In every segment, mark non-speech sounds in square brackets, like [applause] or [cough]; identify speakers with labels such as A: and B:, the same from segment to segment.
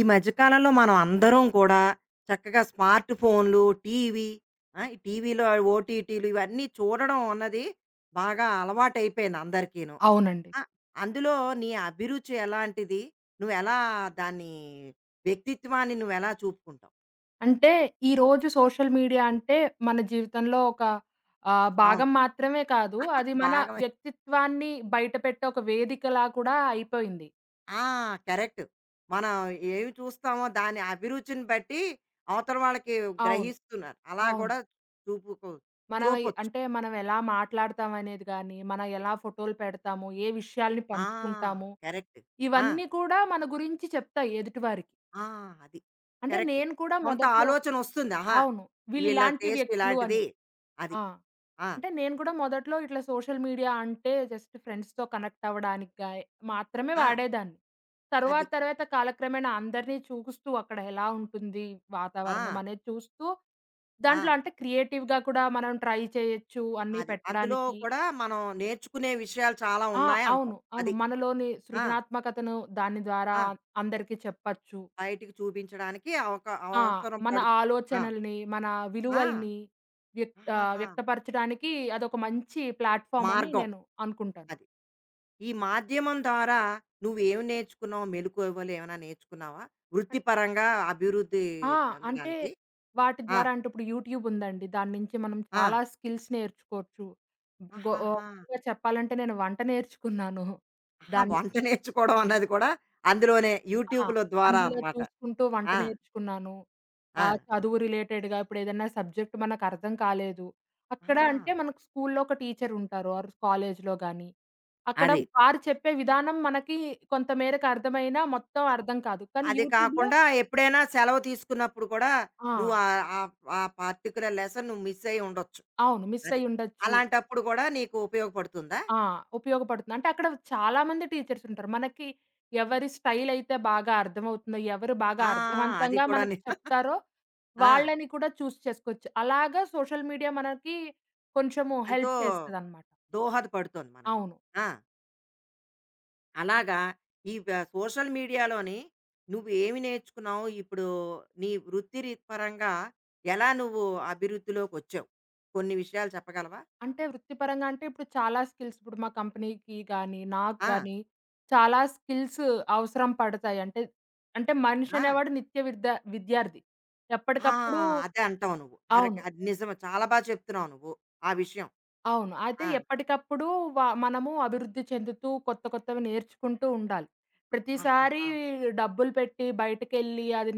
A: ఈ మధ్య కాలంలో మనం అందరం కూడా చక్కగా స్మార్ట్ ఫోన్లు, టీవీ, ఆ! ఈ టీవీలో ఓటీటీలు ఇవన్నీ చూడడం అన్నది బాగా అలవాటైపోయింది అందరికీను.
B: అవునండి.
A: ఆ! అందులో నీ అభిరుచి ఎలాంటిది? నువ్వెలా దాన్ని వ్యక్తిత్వాన్ని నువ్వెలా చూపుకుంటావు?
B: అంటే ఈరోజు సోషల్ మీడియా అంటే మన జీవితంలో ఒక
A: అవును.
B: భాగం మాత్రమే కాదు.
A: [laughs]
B: అది మన
A: భాగమే.
B: వ్యక్తిత్వాన్ని బయటపెట్టే ఒక వేదికలా కూడా అయిపోయింది.
A: ఆ! కరెక్ట్. మనం ఏవి చూస్తామో దాని అభిరుచిని బట్టి అవతల వాళ్ళకి
B: అవును.
A: గ్రహిస్తున్నారు. అలా
B: అవును.
A: కూడా చూపుకో చూపొచ్చు.
B: అంటే మనం ఎలా మాట్లాడతాం అనేది గాని, మనం ఎలా ఫోటోలు పెడతాము, ఏ విషయాల్ని
A: ఆ!
B: పంచుకుంటాము,
A: కరెక్ట్. ఆ!
B: ఇవన్నీ కూడా మన గురించి చెప్తాయి ఎదుటివారికి.
A: ఆ! అది.
B: అంటే
A: కరెక్ట్.
B: నేను కూడా
A: కొంత
B: మొదట్లో
A: ఆలోచనొస్తుంది. ఆహా!
B: అవును.
A: వీళ్ళ
B: వీళ్ళిలాంటి
A: టేస్ట్
B: వ్యక్తులు అని.
A: ఇలాంటిది. అది.
B: ఆ!
A: ఆ!
B: అంటే నేను కూడా మొదట్లో ఇట్లా సోషల్ మీడియా అంటే జస్ట్ ఫ్రెండ్స్‌తో కనెక్ట్ అవ్వడానికి మాత్రమే
A: ఆ!
B: వాడేదాన్ని.
A: అది.
B: తర్వాత తర్వాత కాలక్రమేణా అందరిని చూస్తూ అక్కడ ఎలా ఉంటుంది వాతావరణం
A: ఆ!
B: అనేది చూస్తూ, దాంట్లో
A: ఆ!
B: అంటే క్రియేటివ్‌గా కూడా మనం ట్రై చేయొచ్చు అన్నీ
A: అది. అందులో
B: పెట్టడానికి.
A: కూడా మనం నేర్చుకునే విషయాలు చాలా
B: ఆ!
A: ఉన్నాయంటావు.
B: అవును. అవును.
A: అది.
B: మనలోని
A: ఆ!
B: సృజనాత్మకతను దాని ద్వారా
A: ఆ!
B: అందరికీ చెప్పచ్చు.
A: బయటికి చూపించడానికి అవక
B: ఆ!
A: అవసరం
B: మన
A: పడు ఆ!
B: ఆలోచనల్ని, మన
A: ఆ!
B: విలువల్ని
A: ఆహాహా!
B: వ్యక్తపరచడానికి అదొక మంచి ప్లాట్‌ఫార్మ్ అని
A: మార్గం.
B: నేను అనుకుంటాను.
A: అది. ఈ మాధ్యమం ద్వారా నువ్వేం నేర్చుకున్నావు? మెలుకువలు ఏమైనా నేర్చుకున్నావా? వృత్తిపరంగా అభివృద్ధి
B: ఆ! అంటే
A: చెందడానికి?
B: వాటి
A: ఆ!
B: ద్వారా అంటే ఇప్పుడు యూట్యూబ్ ఉందండి. దాని నుంచి మనం
A: ఆ!
B: చాలా స్కిల్స్ నేర్చుకోవచ్చు.
A: ఆహాహా!
B: ఇంకా చెప్పాలంటే నేను వంట నేర్చుకున్నాను.
A: ఆహా!
B: దాన్ని
A: వంట నేర్చుకోవడం అన్నది కూడా అందులోనే
B: ఆ!
A: యూట్యూబ్‌లో ద్వారా
B: అందులో
A: అనమాట.
B: చూసుకుంటూ వంట
A: ఆ!
B: నేర్చుకున్నాను.
A: ఆ!
B: చదువు రిలేటెడ్‌గా ఇప్పుడు ఏదైనా సబ్జెక్ట్ మనకు అర్థం కాలేదు. అక్కడ
A: ఆ!
B: అంటే మనకు స్కూల్‌లో ఒక టీచర్ ఉంటారు ఆర్ కాలేజ్‌లో గాని. అక్కడ
A: అది.
B: వారు చెప్పే విధానం మనకి కొంత మేరకు అర్థమైనా మొత్తం
A: అ
B: అర్థం కాదు. కానీ
A: అది
B: యూట్యూబ్‌లో
A: కాకుండా ఎప్పుడైనా సెలవు తీసుకున్నప్పుడు కూడా నువ్వు
B: ఆ!
A: ఆహ్, ఆహ్, ఆ పార్టిక్యులర్ లెసన్ నువ్వు మిస్ అయ్యి ఉండొచ్చు.
B: అవును. మిస్
A: అది.
B: అయ్యుండొచ్చు.
A: అలాంటప్పుడు కూడా నీకు ఉపయోగపడుతుందా?
B: ఆ! ఉపయోగపడుతుంది. అంటే అక్కడ చాలా మంది టీచర్స్ ఉంటారు. మనకి ఎవరి స్టైల్ అయితే బాగా అర్థమవుతుందో, ఎవరు బాగా
A: ఆ! ఆ! అది
B: అర్థవంతంగా
A: కూడాను.
B: మనకు
A: [laughs]
B: చెప్తారో
A: ఆ!
B: వాళ్ళని కూడా చేసుకోవచ్చు. అలాగా సోషల్ మీడియా మనకి కొంచెము
A: ఎంతో
B: హెల్ప్ చేస్తదనమాట.
A: దోహదపడుతోంది మనకి.
B: అవును.
A: ఆ! అలాగా ఈ వ సోషల్ మీడియాలోని నువ్వు ఏమి నేర్చుకున్నావు? ఇప్పుడు నీ వృత్తి రీ పరంగా ఎలా నువ్వు అభివృద్ధిలోకొచ్చావు? కొన్ని విషయాలు చెప్పగలవా?
B: అంటే వృత్తిపరంగా అంటే ఇప్పుడు చాలా స్కిల్స్ ఇప్పుడు మా కంపెనీకి గానీ, నాకు
A: ఆ!
B: గానీ చాలా స్కిల్స్ అవసరం పడతాయి. అంటే, అంటే మనిషి
A: ఆ!
B: అనేవాడు నిత్య విద్యార్థి.
A: ఆ!
B: ఎప్పటికప్పుడు
A: అదే అంటావు నువ్వు. కరెక్ట్.
B: అవును.
A: అది నిజమే. చాలా బా చెప్తున్నావు నువ్వు ఆ విషయం.
B: అవును. అయితే
A: ఆ!
B: ఎప్పటికప్పుడు మనము అభివృద్ధి చెందుతూ కొత్త కొత్తవి నేర్చుకుంటూ ఉండాలి. ప్రతిసారి
A: ఆహాహా!
B: డబ్బులు పెట్టి బయటకెళ్ళి అది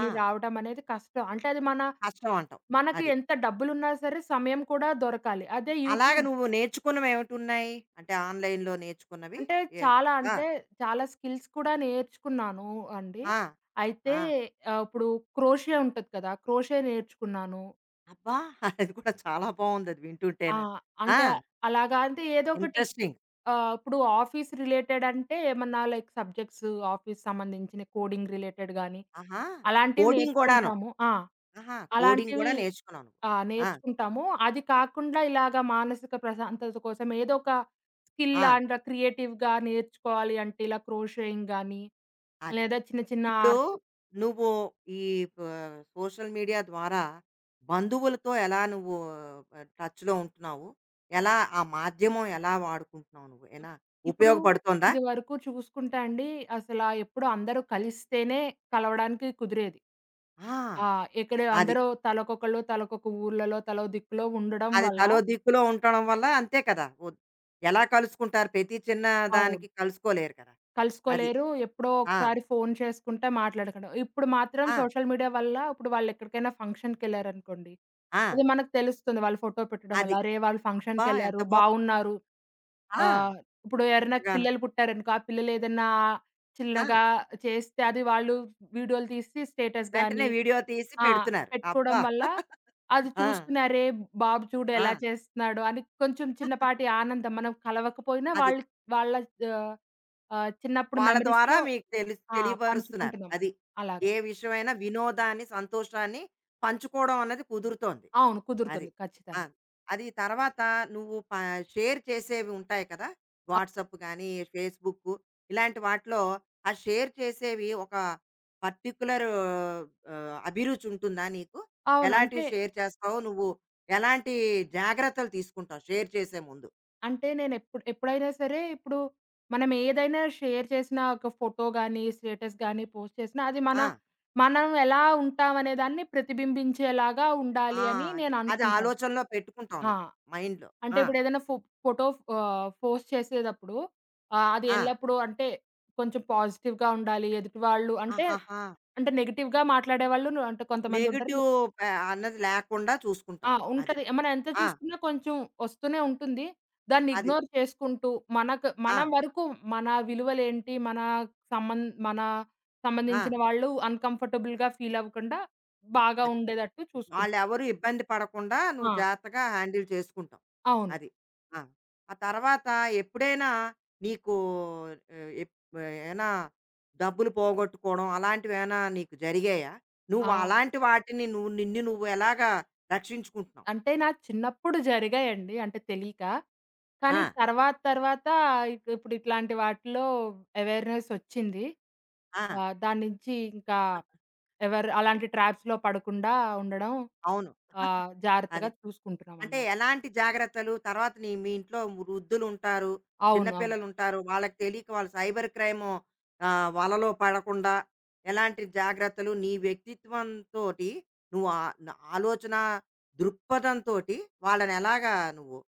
A: ఆ!
B: రావడం అనేది కష్టం. అంటే అది మన
A: కష్టం అంటావు.
B: మనకి
A: అది.
B: ఎంత డబ్బులున్నా సరే సమయం కూడా దొరకాలి. అదే
A: అలాగ
B: యూట్యూబ్
A: నువ్వు నేర్చుకున్నవేమిటున్నాయి? అంటే ఆన్‌లైన్‌లో నేర్చుకున్నవి?
B: అంటే
A: ఏ
B: చాలా
A: ఆ!
B: అంటే చాలా స్కిల్స్ కూడా నేర్చుకున్నాను అండి.
A: ఆ!
B: అయితే
A: ఆ!
B: ఇప్పుడు క్రోషియా ఉంటది కదా! క్రోషియా నేర్చుకున్నాను.
A: అబ్బా! [laughs] అది కూడా చాలా బావుందది
B: ఆ!
A: వింటుంటేను. ఆ!
B: అంటే అలాగా అంటే ఏదో ఒకటి
A: ఇంట్రెస్టింగ్.
B: ఆ! ఇప్పుడు ఆఫీస్ రిలేటెడ్ అంటే ఏమన్నా లైక్ సబ్జెక్ట్స్ ఆఫీస్ సంబంధించిన కోడింగ్ రిలేటెడ్ గాని,
A: ఆహా!
B: అలాంటివి
A: కోడింగ్ గూడాను.
B: నేర్చుకుంటాము. ఆ!
A: ఆహా! కోడింగ్ గూడా
B: అలాంటివి
A: నేర్చుకున్నావు నువ్వు.
B: ఆ!
A: ఆ!
B: నేర్చుకుంటాము. అది కాకుండా ఇలాగ మానసిక ప్రశాంతత కోసం ఏదో ఒక స్కిల్
A: ఆ!
B: లాంటి క్రియేటివ్‌గా నేర్చుకోవాలి అంటే ఇలా క్రోషియింగ్ గాని,
A: అది.
B: లేదా చిన్న చిన్న
A: ఇప్పుడు
B: ఆర్ట్
A: నువ్వు ఈ ప సోషల్ మీడియా ద్వారా బంధువులతో ఎలా నువ్వు టచ్‌లో ఉంటున్నావు? ఎలా ఆ మాధ్యమం ఎలా వాడుకుంటున్నావు నువ్వు? ఏనా
B: ఇప్పుడు
A: ఉపయోగపడుతోందా?
B: ఇదివరకు చూసుకుంటే అండి అసల ఎప్పుడు అందరూ కలిస్తేనే కలవడానికి కుదిరేది.
A: ఆ!
B: ఆ! ఇక్కడ
A: అది.
B: అందరూ తలకొకళ్ళు, తలకొక ఊర్లలో, తలో దిక్కులో ఉండడం
A: అది
B: వల్ల
A: తలో దిక్కులో ఉండడం వల్ల అంతే కదా! ఒద్ ఎలా కలుసుకుంటారు? ప్రతి చిన్న దానికి
B: అవును.
A: కలుసుకోలేరు కదా! అది.
B: కలుసుకోలేరు. ఎప్పుడో
A: ఆ!
B: ఒకసారి ఫోను చేసుకుంటే మాట్లాడుకుంటాం. ఇప్పుడు మాత్రం
A: ఆ!
B: సోషల్ మీడియా వల్ల ఇప్పుడు వాళ్ళెక్కడికైనా ఫంక్షన్‌కెళ్లారనుకోండి,
A: ఆ!
B: అది మనకు తెలుస్తుంది. వాళ్ళు ఫోటో పెట్టడం వల్ల.
A: అది.
B: అరే! వాళ్ళు
A: అబ్బా! ఎంత
B: ఫంక్షన్‌కెళ్లారు,
A: బావుంది.
B: బావున్నారు.
A: ఆ!
B: ఆహ్, ఇప్పుడు ఎవరైనా
A: చక్కగాను.
B: పిల్లలు పుట్టారనుకో, ఆ పిల్లలేదన్నా
A: ఆ!
B: చిన్నగా చేస్తే అది వాళ్ళు వీడియోలు తీసి స్టేటస్
A: వెంటనే
B: గాని
A: వీడియో తీసి
B: ఆ!
A: పెడుతున్నారు.
B: పెట్టుకోవడం
A: అబ్బా!
B: వల్ల అది
A: ఆ!
B: చూసుకుని అరే! బాబు చూడు
A: ఆ!
B: ఎలా చేస్తున్నాడు అని కొంచెం చిన్నపాటి ఆనందం. మనం కలవకపోయినా
A: అది.
B: వాళ్ళు వాళ్ళ ఆహ్, ఆహ్, చిన్నప్పుడు
A: వాళ్ళ ద్వారా
B: మెమోరీస్‌లో
A: మీకు
B: ఆ!
A: తెలియపరుస్తున్నారు. అది.
B: పంచుకుంటున్నామని అలాగా.
A: ఏ విషయమైనా వినోదాన్ని, సంతోషాన్ని పంచుకోవడం అన్నది కుదురుతోంది.
B: అవును.
A: అది.
B: కుదురుతుంది
A: ఆ!
B: ఖచ్చితంగా.
A: అది తర్వాత నువ్వు ప షేర్ చేసేవి ఉంటాయి కదా! వాట్సాప్ గానీ, ఫేస్‌బుక్కు ఇలాంటి వాటిలో ఆ షేర్ చేసేవి ఒక పర్టిక్యులర్ అభిరుచి ఉంటుందా నీకు?
B: అవును. అంటే,
A: ఎలాంటివి షేర్ చేస్తావు? నువ్వు ఎలాంటి జాగ్రత్తలు తీసుకుంటావు షేర్ చేసే ముందు?
B: అంటే నేనెప్పుడు ఎప్పుడైనా సరే ఇప్పుడు మనం ఏదైనా షేర్ చేసినా ఒక ఫోటో గాని, స్టేటస్ గాని పోస్ట్ చేసినా అది మన
A: ఆ!
B: మనం ఎలా ఉంటామనే దాన్ని ప్రతిబింబించేలాగా
A: ఆ!
B: ఉండాలి అని
A: అది.
B: నేను
A: అది
B: అనుకుంటాను.
A: ఆలోచనలో పెట్టుకుంటావు
B: ఆ!
A: నువ్వు మైండ్‌లో.
B: అంటే
A: ఆ!
B: ఇప్పుడేదైనా ఫోటో పోస్ట్ చేసేదప్పుడు అది
A: ఆ!
B: ఎల్లప్పుడూ అంటే కొంచెం పాజిటివ్‌గా ఉండాలి. ఎదుటి వాళ్ళు అంటే,
A: ఆహాహా!
B: అంటే నెగెటివ్‌గా మాట్లాడేవాళ్ళు ను అంటే కొంతమందుంటారు. నే
A: నెగెటివ్ ప అన్నది లేకుండా
B: ఆ!
A: చూసుకుంటావు. అది.
B: ఉంటది. మనం ఎంత
A: ఆ!
B: చూసుకున్నా కొంచెం వస్తూనే ఉంటుంది. దాన్ని
A: అది.
B: ఇగ్నోర్ చేసుకుంటూ మనకు
A: ఆ!
B: మన వరకు మన విలువలేంటి, సంబం మన
A: ఆ!
B: సంబంధించిన వాళ్ళు అన్‌కంఫర్టబుల్‌గా ఫీల్ అవ్వకుండా బాగా
A: అది.
B: ఉండేటట్టు చూసుకుంటారు.
A: వాళ్ళెవరు ఇబ్బంది పడకుండా నువ్వు
B: ఆ!
A: జాగ్రత్తగా హ్యాండిల్ చేసుకుంటావు.
B: అవును.
A: అది. ఆ! ఆ తర్వాత ఎప్పుడైనా నీకు ఎప్ ఏమైనా డబ్బులు పోగొట్టుకోవడం అలాంటివేమైనా నీకు జరిగాయా? నువ్వు
B: ఆ!
A: అలాంటి వాటిని నువ్వు నిన్ను నువ్వు ఎలాగా రక్షించుకుంటున్నావు?
B: అంటే నా చిన్నప్పుడు జరిగాయండి. అంటే తెలీక.
A: ఆ!
B: కానీ తర్వాత తర్వాత ఇప్పుడు ఇట్లాంటి వాటిలో అవేర్‌నెస్ ఒచ్చింది.
A: ఆ!
B: దాని నుంచి ఇంకా ఎవరు అలాంటి ట్రాప్స్‌లో పడకుండా ఉండడం
A: అవును.
B: జాగ్రత్తగా
A: అదే. అంటే
B: చూసుకుంటున్నామనమాట.
A: ఎలాంటి జాగ్రత్తలు? తర్వాత నీ మీ ఇంట్లో వృద్ధులుంటారు, చిన్న
B: అవును. అవును.
A: పిల్లలుంటారు. వాళ్ళకి తెలియక వాళ్ళు సైబర్ క్రైము వలలో పడకుండా ఎలాంటి జాగ్రత్తలు నీ వ్యక్తిత్వంతోటి నువ్వు ఆహ్, న ఆలోచన దృక్పథంతోటి వాళ్ళని ఎలాగా నువ్వు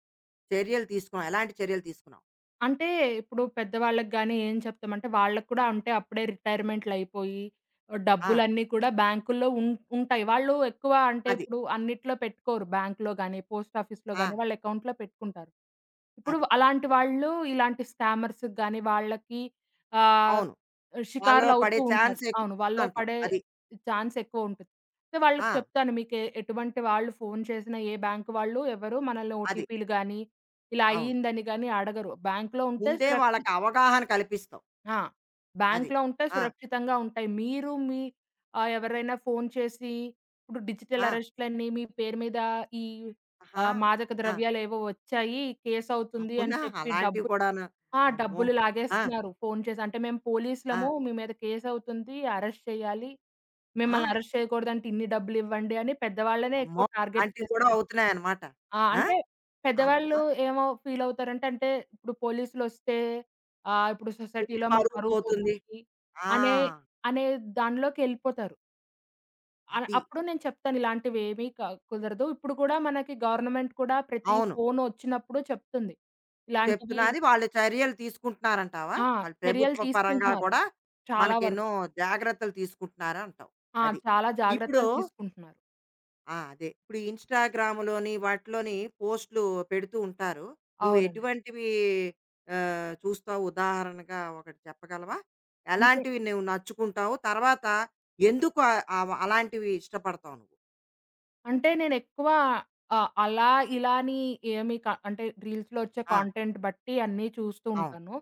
A: చర్యలు తీసుకున్నావు? ఎలాంటి చర్యలు తీసుకున్నావు?
B: అంటే ఇప్పుడు పెద్దవాళ్ళకి గాని ఏం చెప్తామంటే వాళ్ళకి కూడా అంటే అప్పుడే రిటైర్మెంట్‌లయిపోయి
A: ఆ!
B: డబ్బులన్నీ కూడా బ్యాంకుల్లో ఉం ఉంటాయి. వాళ్ళు ఎక్కువ అంటే
A: అది.
B: ఇప్పుడు అన్నిట్లో పెట్టుకోరు. బ్యాంక్‌లో గాని, పోస్ట్ ఆఫీస్‌లో
A: ఆ!
B: గాని వాళ్ళ అకౌంట్‌లో పెట్టుకుంటారు. ఇప్పుడు
A: అది.
B: అలాంటి వాళ్ళు ఇలాంటి స్కామర్స్‌కి గాని, వాళ్ళకి ఆహ్,
A: అవును. వాళ్ళలో పడే
B: షికారులవుతూ ఉంటారు.
A: ఛాన్స్
B: అవును. వాళ్ళలో
A: ఎక్కువుందంటావు.
B: పడే
A: అది.
B: ఛాన్స్ ఎక్కువుంటది. సో,
A: ఆ!
B: వాళ్ళకి చెప్తాను మీకే ఎటువంటి వాళ్ళు ఫోను చేసినా ఏ బ్యాంక్ వాళ్ళు ఎవరు మనల్ని
A: అది.
B: ఓటీపీలు గాని, ఇలా
A: అవును.
B: అయ్యిందని గాని అడగరు. బ్యాంక్‌లో ఉంటే
A: ముందే
B: సురక్షి
A: వాళ్ళకి అవగాహన కల్పిస్తావు.
B: ఆ!
A: అది.
B: బ్యాంక్‌లో ఉంటే
A: ఆ!
B: సురక్షితంగా ఉంటాయి. మీరు మీ ఎవరైనా ఫోను చేసి ఇప్పుడు డిజిటల్
A: ఆ!
B: అరెస్ట్‌లని మీ పేరు మీద ఈ
A: ఆహా!
B: మాదక
A: ఆ!
B: ద్రవ్యాలేవో వచ్చాయి. కేస్ అవుతుంది అని
A: అవునా?
B: చెప్పి
A: అలాంటివి
B: డబ్బు
A: కూడాను.
B: ఆ!
A: అమ్మో!
B: డబ్బులు
A: ఆ!
B: లాగేస్తున్నారు ఫోను చేసి. అంటే మేము
A: ఆ!
B: పోలీసులము మీ మీద కేస్ అవుతుంది. అరెస్ట్ చేయాలి.
A: ఆ!
B: మిమ్మల్ని అరెస్ట్ చేయకూడదంటే ఇన్ని డబ్బులివ్వండి అని పెద్దవాళ్ళనే ఎక్కువ
A: అమ్మో!
B: టార్గెట్
A: అలాంటివి కూడా
B: చేస్తున్నారు.
A: అవుతున్నాయన్నమాట.
B: ఆ!
A: ఆ!
B: అంటే
A: అమ్మ!
B: పెద్దవాళ్ళు ఏమో ఫీలవుతారంటే, అంటే ఇప్పుడు పోలీసులొస్తే ఇప్పుడు
A: ఇంటి
B: సొసైటీలో మా
A: పరువు
B: పరువు
A: పోతుంది.
B: పోతుంది
A: ఆ!
B: అనే, అనే దానిలోకెళ్ళిపోతారు.
A: అది.
B: అప్పుడు నేను చెప్తాను ఇలాంటివేమీ కుదరదు. ఇప్పుడు కూడా మనకి గవర్నమెంట్ కూడా ప్రతి
A: అవును.
B: ఫోనొచ్చినప్పుడు చెప్తుంది. ఇలాంటివి
A: చెప్తున్నా అది వాళ్ళు చర్యలు తీసుకుంటున్నారంటావా?
B: ఆ!
A: వాళ్ళు
B: చర్యలు
A: ప్రభుత్వ పరంగా
B: తీసుకుంటున్నారు
A: కూడా
B: చాలా వరకు.
A: మనకెన్నో జాగ్రత్తలు తీసుకుంటున్నారంటావు.
B: ఆ!
A: అది.
B: చాలా
A: ఇప్పుడు
B: జాగ్రత్తలు తీసుకుంటున్నారు.
A: ఆ! అదే. ఇప్పుడు ఇన్‌స్టాగ్రామ్‌లోని వాటిలోని పోస్ట్‌లు పెడుతూ ఉంటారు. నువ్వు
B: అవునండి.
A: ఎటువంటివి చూస్తావు ఉదాహరణగా ఒకటి చెప్పగలవా?
B: అంటే
A: ఎలాంటివి నువ్వు నచ్చుకుంటావు? తర్వాత ఎందుకు అవ అలాంటివి ఇష్టపడతావు నువ్వు?
B: అంటే నేనెక్కువ అలా, ఇలా అని ఏమి క అంటే రీల్స్‌లో వచ్చే
A: ఆ!
B: కాంటెంట్ బట్టి అన్నీ చూస్తూ
A: అవును.
B: ఉంటాను.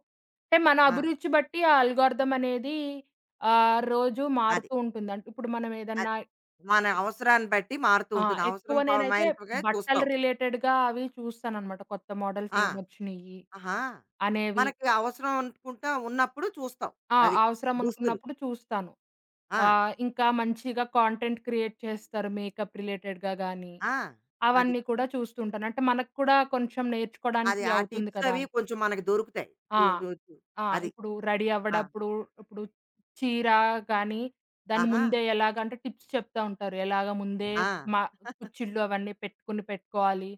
B: అంటే మన
A: ఆ!
B: అభిరుచి బట్టి ఆ అల్గోరిథం అనేది రోజు
A: అది.
B: మారుతూ ఉంటుంది. అంటే ఇప్పుడు మనం
A: అది.
B: ఏదన్నా
A: మన అవసరాన్ని బట్టి మారుతూ
B: ఆ!
A: ఉంటుంది.
B: ఎక్కువ
A: అవసరం
B: నేనైతే
A: పమైనట్టుగా
B: బట్టలు
A: చూస్తావు.
B: రిలేటెడ్‌గా అవి చూస్తాననమాట. కొత్త మోడల్స్
A: ఆ!
B: ఏమొచ్చినియి
A: ఆహా!
B: అనేవి.
A: మనకి అవసరం అనుకుంటా ఉన్నప్పుడు చూస్తావు.
B: ఆ!
A: అది.
B: అవసరం
A: దుస్తులు.
B: అనుకున్నప్పుడు చూస్తాను.
A: ఆ!
B: ఇంకా మంచిగా కాంటెంట్ క్రియేట్ చేస్తారు మేకప్ రిలేటెడ్‌గా గాని.
A: ఆ! అది.
B: అవన్నీ కూడా చూస్తుంటాను. అంటే మనకు కూడా కొంచెం
A: అది
B: నేర్చుకోవడానికి
A: ఆ
B: అవుతుంది
A: టిప్స్
B: కదా!
A: అవి
B: అని.
A: కొంచెం మనకు దొరుకుతాయి. చు
B: ఆ!
A: చు చు
B: ఆ!
A: అది.
B: ఇప్పుడు రెడీ
A: ఆ!
B: అవ్వడప్పుడు ఇప్పుడు చీర గాని, దాన్ని
A: ఆహా!
B: ముందే ఎలాగ అంటే టిప్స్ చెప్తా ఉంటారు. ఎలాగ ముందే
A: ఆ!
B: మా కుచ్చిళ్ళు అవన్నీ పెట్టుకొని పెట్టుకోవాలి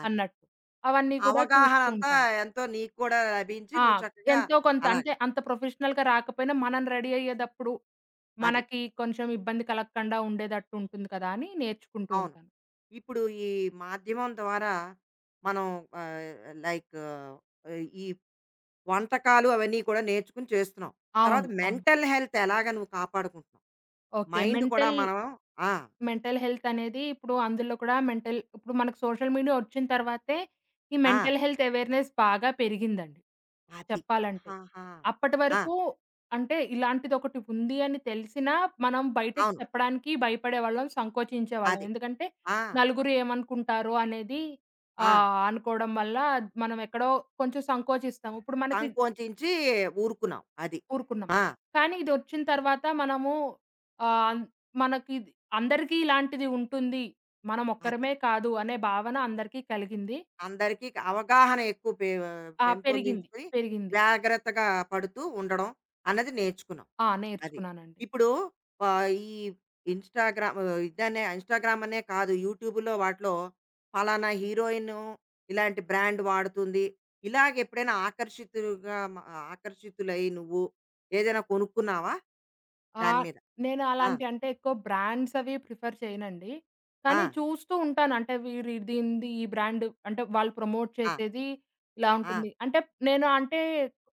A: అది.
B: అన్నట్టు. అవన్నీ కూడా
A: అవగాహన
B: చూస్తూ
A: అంతా
B: ఉంటాను.
A: ఎంతో నీకు కూడా లభించి
B: ఆ!
A: నువ్వు చక్కగా
B: ఎంతో కొంత
A: అలాగ.
B: అంటే అంత ప్రొఫెషనల్‌గా రాకపోయినా మనం రెడీ అయ్యేదప్పుడు
A: అది.
B: మనకి కొంచెం ఇబ్బంది కలగకుండా ఉండేటట్టు ఉంటుంది కదా! అని నేర్చుకుంటూ
A: అవును.
B: ఉంటాను.
A: ఇప్పుడు ఈ మాధ్యమం ద్వారా మనం ఆహ్, లైక్ ఈ వంటకాలు అవన్నీ కూడా నేర్చుకుని చేస్తున్నాం. తర్వాత
B: అవును. అవును.
A: మెంటల్ హెల్త్ ఎలాగ నువ్వు కాపాడుకుంటున్నావు?
B: ఓకే.
A: మైండ్ కూడా
B: మెంటల్
A: మనం ఆ!
B: మెంటల్ హెల్త్ అనేది ఇప్పుడు అందులో కూడా మెంటల్ ఇప్పుడు మనకు సోషల్ మీడియా వచ్చిన తర్వాతే ఈ
A: ఆ!
B: మెంటల్ హెల్త్ అవేర్‌నెస్ బాగా పెరిగిందండి
A: అది.
B: చెప్పాలంటే.
A: ఆహాహా!
B: అప్పటి
A: ఆ!
B: వరకు అంటే ఇలాంటిదొకటి ఉంది అని తెలిసినా మనం బయటకి
A: అవును.
B: చెప్పడానికి భయపడేవాళ్ళం, సంకోచించేవాళ్ళం.
A: అది.
B: ఎందుకంటే
A: ఆ!
B: నలుగురు ఏమనుకుంటారో అనేది
A: ఆ!
B: అనుకోవడం వల్ల మనం ఎక్కడో కొంచెం సంకోచిస్తాం. ఇప్పుడు మనకి
A: సంకోచించి ఊరుకున్నాం. అది.
B: ఊరుకున్నాం.
A: ఆ!
B: కానీ ఇదొచ్చిన తర్వాత మనము ఆహ్, మనకిది అందరికీ ఇలాంటిది ఉంటుంది. మనం
A: అది.
B: ఒక్కరమే కాదు అనే భావన అందరికీ కలిగింది.
A: అందరికీ అవగాహన ఎక్కువ
B: ఆ!
A: పెంపొందించుకొని
B: పెరిగింది.
A: జాగ్రత్తగా పడుతూ ఉండడం అన్నది నేర్చుకున్నాం.
B: ఆ!
A: అది.
B: నేర్చుకున్నానండి.
A: ఇప్పుడు ఈ ఇన్‌స్టాగ్రామ్ ఇదనే ఇన్‌స్టాగ్రామ్ అనే కాదు యూట్యూబ్‌లో వాటిలో ఫలానా హీరోయిన్ ఇలాంటి బ్రాండ్ వాడుతుంది. ఇలాగ ఎప్పుడైనా ఆకర్షితులై నువ్వు ఏదైనా కొనుక్కున్నావా దాని
B: ఆహ్,
A: మీద?
B: నేను
A: ఆ!
B: అలాంటి అంటే ఎక్కువ బ్రాండ్స్ అవి ప్రిఫర్ చేయనండి.
A: ఆ!
B: కానీ చూస్తూ ఉంటాను. అంటే వీరి దీనిది ఈ బ్రాండ్ అంటే వాళ్ళు ప్రమోట్
A: ఆ!
B: చేసేది ఇలా
A: ఆ!
B: ఉంటుంది. అంటే నేను అంటే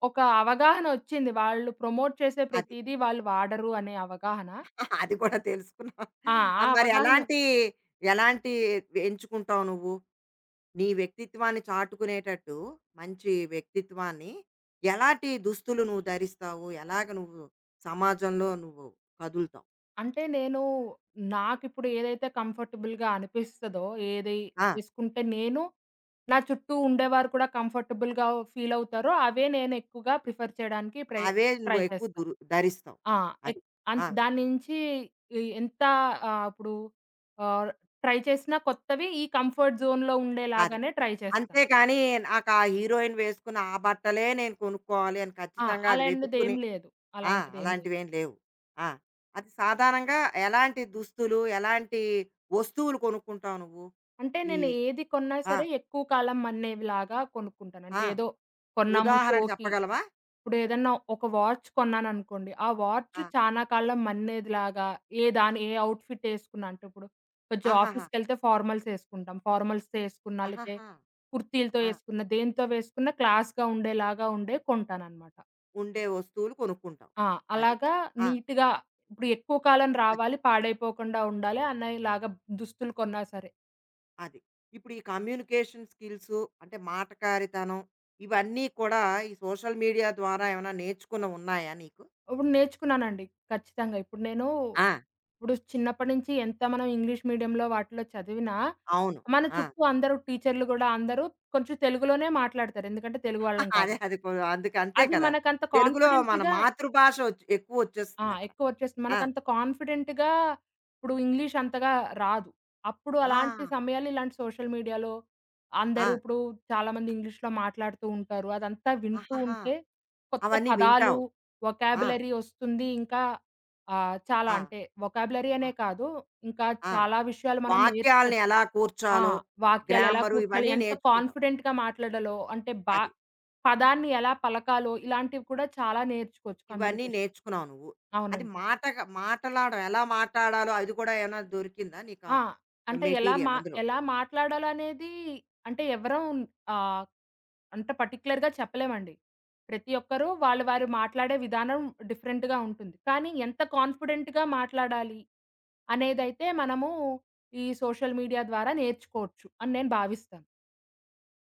B: ఒక అవగాహన ఒచ్చింది. వాళ్ళు ప్రమోట్ చేసే
A: అది.
B: ప్రతీదీ వాళ్ళు వాడరు అనే అవగాహన.
A: అది కూడా తెలుసుకున్నాం.
B: ఆ!
A: ఆ!
B: ఆ
A: మరి
B: అవగాహన
A: ఎలాంటి, ఎలాంటి ఎంచుకుంటావు నువ్వు? నీ వ్యక్తిత్వాన్ని చాటుకునేటట్టు మంచి వ్యక్తిత్వాన్ని ఎలాంటి దుస్తులు నువ్వు ధరిస్తావు? ఎలాగ నువ్వు సమాజంలో నువ్వు కదులుతావు?
B: అంటే నేను నాకిప్పుడు ఏదైతే కంఫర్టబుల్‌గా అనిపిస్తదో, ఏది
A: ఆ!
B: చేసుకుంటే నేను, నా చుట్టూ ఉండేవారు కూడా కంఫర్టబుల్‌గా ఫీల్ అవుతారో, అవే నేను ఎక్కువగా ప్రిఫర్ చేయడానికి ప్రయ
A: అవే
B: ట్రై
A: నువ్వు ఎక్కువ
B: చేస్తాను.
A: దురు ధరిస్తావు.
B: ఆ!
A: అది.
B: ఎక్
A: ఆ!
B: అంత్ దాని నుంచి ఈ ఎంత ఇప్పుడు ఆహ్, ట్రై చేసినా కొత్తవి ఈ కంఫర్ట్ జోన్‌లో
A: అదే.
B: ఉండేలాగానే ట్రై చేస్తాను.
A: అంతేకాని నాకు ఆ హీరోయిన్ వేసుకున్న ఆ బట్టలే నేను కొనుక్కోవాలి అని
B: ఆ!
A: ఖచ్చితంగా అది వెతుక్కుని
B: అలాంటిదేం లేదు.
A: ఆ!
B: అలాంటిదేం లేదు.
A: అలాంటివేం లేవు. ఆ! అది సాధారణంగా ఎలాంటి దుస్తులు, ఎలాంటి వస్తువులు కొనుక్కుంటావు నువ్వు?
B: అంటే
A: ఈ
B: నేను ఏది కొన్నా
A: ఆ!
B: సరే ఎక్కువ కాలం మన్నేవిలాగా కొనుక్కుంటాను. అంటే
A: ఆ!
B: ఏదో కొన్నాము
A: ఉదాహరణ
B: షోకి
A: చెప్పగలవా?
B: ఇప్పుడేదన్నా ఒక వాచ్ కొన్నాననుకోండి. ఆ వాచ్
A: ఆ!
B: చానా కాలం మన్నేదిలాగా ఏ ఔట్‌ఫిట్ యేసుకున్నా అంటే ఇప్పుడు కొంచెం
A: ఆహాహా!
B: ఆఫీస్‌కెళ్తే ఫార్మల్స్ యేసుకుంటాం. ఫార్మల్స్‌తో యేసుకున్నా లేతే
A: ఆహాహా!
B: కుర్తీలతో
A: ఆ!
B: యేసుకున్నా, దేనితో వేసుకున్నా క్లాస్‌గా ఉండేలాగా ఉండే కొంటాననమాట.
A: ఉండే వస్తువులు కొనుక్కుంటావు.
B: ఆ!
A: అది.
B: అలాగా
A: ఆ!
B: నీట్‌గా ఇప్పుడు ఎక్కువ కాలం
A: అది.
B: రావాలి, పాడైపోకుండా ఉండాలి అనేలాగా దుస్తులు కొన్నా సరే.
A: అది. ఇప్పుడు ఈ కమ్యూనికేషన్ స్కిల్సు అంటే మాటకారితనం, ఇవన్నీ కూడా ఈ సోషల్ మీడియా ద్వారా ఏమైనా నేర్చుకున్నవున్నాయా నీకు?
B: ఇప్పుడు నేర్చుకున్నానండి ఖచ్చితంగా. ఇప్పుడు నేను
A: ఆ!
B: ఇప్పుడు చిన్నప్పటి నుంచి ఎంత మనం ఇంగ్లీష్ మీడియంలో వాటిలో చదివినా,
A: అవును.
B: మన
A: ఆ!
B: చుట్టూ అందరూ టీచర్లు గూడా అందరూ కొంచెం తెలుగులోనే మాట్లాడతారు. ఎందుకంటే తెలుగు వాళ్ళం
A: [laughs] అదే
B: కాబట్టి.
A: అది కొ అందుకు అంతే
B: అది
A: కదా!
B: మనకంత
A: తెలుగులో మన
B: కాన్ఫిడెంట్‌గా
A: మాతృభాష ఒచ్ ఎక్కువ
B: ఆ!
A: వచ్చేస్తుంది అక్కడ.
B: ఎక్కువొచ్చేస్తుంది.
A: ఆ!
B: మనకంత కాన్ఫిడెంట్‌గా ఇప్పుడు ఇంగ్లీష్ అంతగా రాదు. అప్పుడు
A: ఆ!
B: అలాంటి సమయాల్లో ఇలాంటి సోషల్ మీడియాలో అందరూ
A: ఆ!
B: ఇప్పుడు చాలామంది ఇంగ్లీష్‌లో మాట్లాడుతూ ఉంటారు. అదంతా వింటూ
A: ఆహాహా!
B: ఉంటే కొత్త
A: అవన్నీ
B: పదాలు,
A: వింటావు. ఆ!
B: వొకాబులరీ ఒస్తుంది. ఇంకా చాలా
A: ఆ!
B: అంటే వొకాబులరీ
A: ఆ!
B: అనే కాదు, ఇంకా
A: ఆ!
B: చాలా విషయాలు మనం
A: వాక్యాల్ని
B: నేర్చుకోవచ్చు.
A: ఎలా
B: ఆ!
A: కూర్చాలో,
B: వాక్యాలెలా
A: గ్రామరు
B: కూర్చాలి,
A: ఇవన్నీ
B: ఎంత
A: నేర్చుకుంటావు.
B: కాన్ఫిడెంట్‌గా మాట్లాడాలో, అంటే బా
A: అది.
B: పదాన్ని ఎలా పలకాలో, ఇలాంటివి కూడా చాలా నేర్చుకోవచ్చు
A: ఇవన్నీ
B: కమ్యూనికేషన్.
A: నేర్చుకున్నావు నువ్వు. అది
B: అవునండి.
A: మాటగా మాటలాడడం ఎలా మాట్లాడాలో అది కూడా ఏమైనా దొరికిందా నీకా
B: ఆ! అంటే ఎలా మా
A: మెటీరియల్ అందులో?
B: ఎలా మాట్లాడాలనేది అంటే ఎవ్వరం ఆహ్, అంత పర్టిక్యులర్‌గా చెప్పలేమండి. ప్రతి ఒక్కరు వాళ్ళు వారు మాట్లాడే విధానం డిఫరెంట్‌గా ఉంటుంది. కానీ ఎంత కాన్ఫిడెంట్‌గా మాట్లాడాలి అనేదైతే మనము ఈ సోషల్ మీడియా ద్వారా నేర్చుకోవచ్చు అని నేను భావిస్తాను.